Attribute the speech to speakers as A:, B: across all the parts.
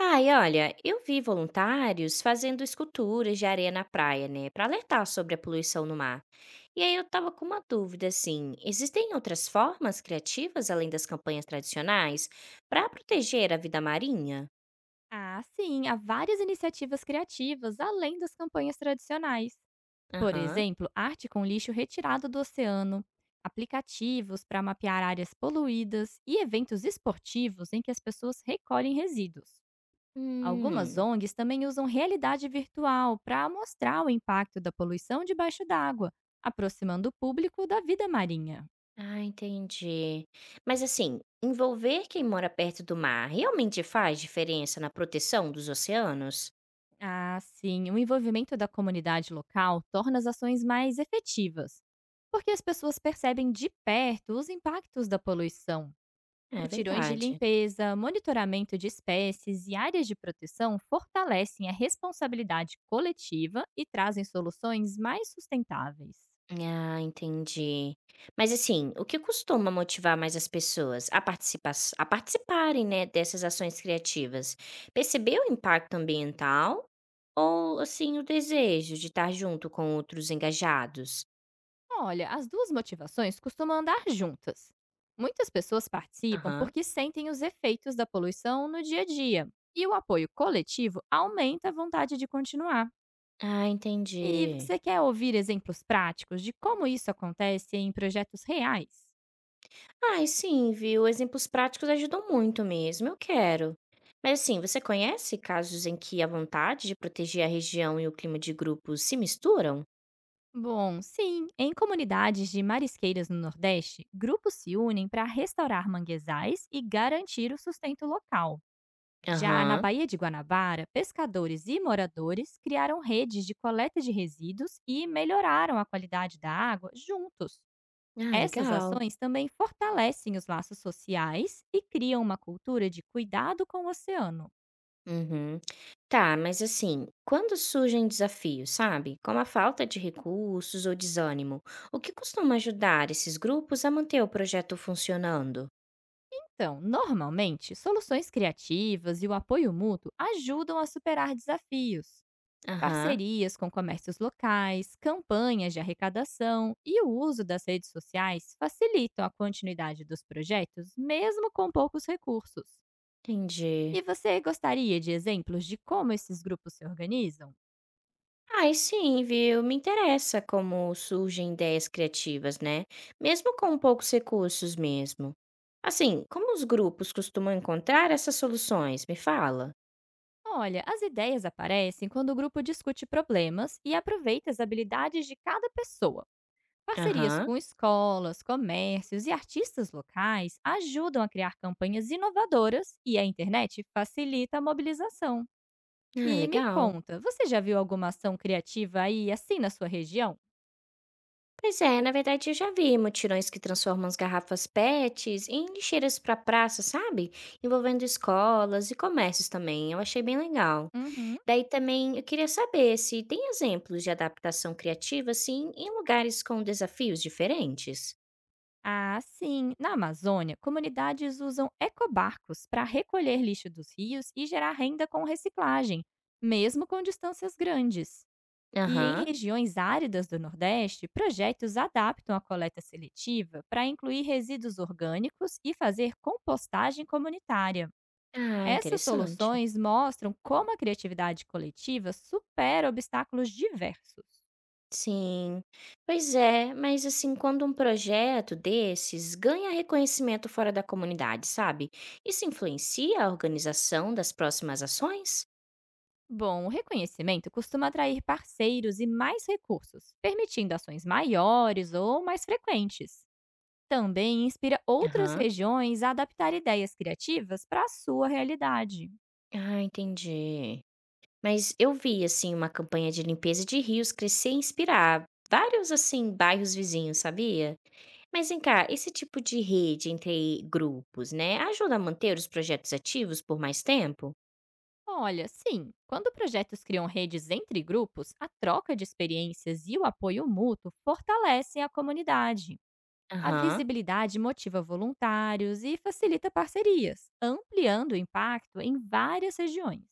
A: Ai, olha, eu vi voluntários fazendo esculturas de areia na praia, né, para alertar sobre a poluição no mar. E aí eu tava com uma dúvida assim, existem outras formas criativas além das campanhas tradicionais para proteger a vida marinha?
B: Ah, sim, há várias iniciativas criativas além das campanhas tradicionais. Por
A: Aham.
B: exemplo, arte com lixo retirado do oceano, aplicativos para mapear áreas poluídas e eventos esportivos em que as pessoas recolhem resíduos. Algumas
A: Hum.
B: ONGs também usam realidade virtual para mostrar o impacto da poluição debaixo d'água, aproximando o público da vida marinha.
A: Ah, entendi. Mas assim, envolver quem mora perto do mar realmente faz diferença na proteção dos oceanos?
B: Ah, sim. O envolvimento da comunidade local torna as ações mais efetivas, porque as pessoas percebem de perto os impactos da poluição.
A: É
B: Mutirões de
A: verdade.
B: limpeza, monitoramento de espécies e áreas de proteção fortalecem a responsabilidade coletiva e trazem soluções mais sustentáveis.
A: Ah, entendi. Mas assim, o que costuma motivar mais as pessoas a participarem, né, dessas ações criativas? Perceber o impacto ambiental ou assim o desejo de estar junto com outros engajados?
B: Olha, as duas motivações costumam andar juntas. Muitas pessoas participam
A: Aham.
B: porque sentem os efeitos da poluição no dia a dia, e o apoio coletivo aumenta a vontade de continuar.
A: Ah,
B: E
A: entendi.
B: você quer ouvir exemplos práticos de como isso acontece em projetos reais?
A: Ai, sim, viu? Exemplos práticos ajudam muito mesmo, eu quero. Mas assim, você conhece casos em que a vontade de proteger a região e o clima de grupo se misturam?
B: Bom, sim, em comunidades de marisqueiras no Nordeste, grupos se unem para restaurar manguezais e garantir o sustento local. Já na
A: Aham.
B: Baía de Guanabara, pescadores e moradores criaram redes de coleta de resíduos e melhoraram a qualidade da água juntos.
A: Ah,
B: Essas
A: legal.
B: ações também fortalecem os laços sociais e criam uma cultura de cuidado com o oceano.
A: Uhum. Tá, mas assim, quando surgem desafios, sabe? Como a falta de recursos ou desânimo, o que costuma ajudar esses grupos a manter o projeto funcionando?
B: Então, normalmente, soluções criativas e o apoio mútuo ajudam a superar desafios.
A: Aham,
B: Parcerias com comércios locais, campanhas de arrecadação e o uso das redes sociais facilitam a continuidade dos projetos, mesmo com poucos recursos.
A: entendi.
B: E você gostaria de exemplos de como esses grupos se organizam?
A: Ai, sim, viu? Me interessa como surgem ideias criativas, né? Mesmo com poucos recursos mesmo. Assim, como os grupos costumam encontrar essas soluções? Me fala.
B: Olha, as ideias aparecem quando o grupo discute problemas e aproveita as habilidades de cada pessoa. Parcerias
A: Aham.
B: com escolas, comércios e artistas locais ajudam a criar campanhas inovadoras e a internet facilita a mobilização.
A: Ah,
B: E me
A: legal.
B: conta, você já viu alguma ação criativa aí assim na sua região?
A: Pois é, na verdade eu já vi mutirões que transformam as garrafas PETs em lixeiras para praça, sabe? Envolvendo escolas e comércios também. Eu achei bem legal.
B: Uhum.
A: Daí também eu queria saber se tem exemplos de adaptação criativa assim em lugares com desafios diferentes.
B: Ah, sim. Na Amazônia, comunidades usam ecobarcos para recolher lixo dos rios e gerar renda com reciclagem, mesmo com distâncias grandes. E em
A: Aham.
B: regiões áridas do Nordeste, projetos adaptam a coleta seletiva para incluir resíduos orgânicos e fazer compostagem comunitária.
A: Ah,
B: Essas
A: interessante.
B: soluções mostram como a criatividade coletiva supera obstáculos diversos.
A: Sim. Pois é, mas assim, quando um projeto desses ganha reconhecimento fora da comunidade, sabe? Isso influencia a organização das próximas ações?
B: Bom, o reconhecimento costuma atrair parceiros e mais recursos, permitindo ações maiores ou mais frequentes. Também inspira outras
A: Aham.
B: regiões a adaptar ideias criativas para a sua realidade.
A: Ah, entendi. Mas eu vi, assim, uma campanha de limpeza de rios crescer e inspirar vários, assim, bairros vizinhos, sabia? Mas vem cá, esse tipo de rede entre grupos, né, ajuda a manter os projetos ativos por mais tempo?
B: Olha, sim, quando projetos criam redes entre grupos, a troca de experiências e o apoio mútuo fortalecem a comunidade. A
A: Aham.
B: visibilidade motiva voluntários e facilita parcerias, ampliando o impacto em várias regiões.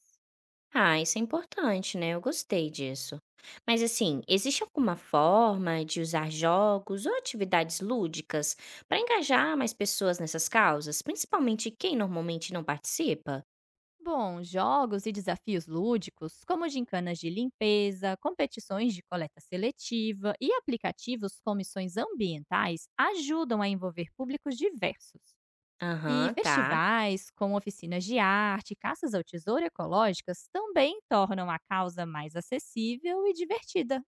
A: Ah, isso é importante, né? Eu gostei disso. Mas assim, existe alguma forma de usar jogos ou atividades lúdicas para engajar mais pessoas nessas causas, principalmente quem normalmente não participa?
B: Bom, jogos e desafios lúdicos, como gincanas de limpeza, competições de coleta seletiva e aplicativos com missões ambientais, ajudam a envolver públicos diversos. E
A: Aham, tá.
B: festivais, como oficinas de arte, caças ao tesouro ecológicas, também tornam a causa mais acessível e divertida.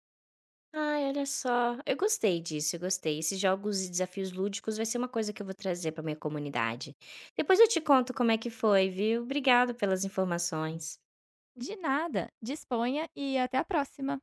A: Ai, olha só. Eu gostei disso, eu gostei. Esses jogos e desafios lúdicos vai ser uma coisa que eu vou trazer para minha comunidade. Depois eu te conto como é que foi, viu? Obrigado pelas informações.
B: De nada, disponha e até a próxima!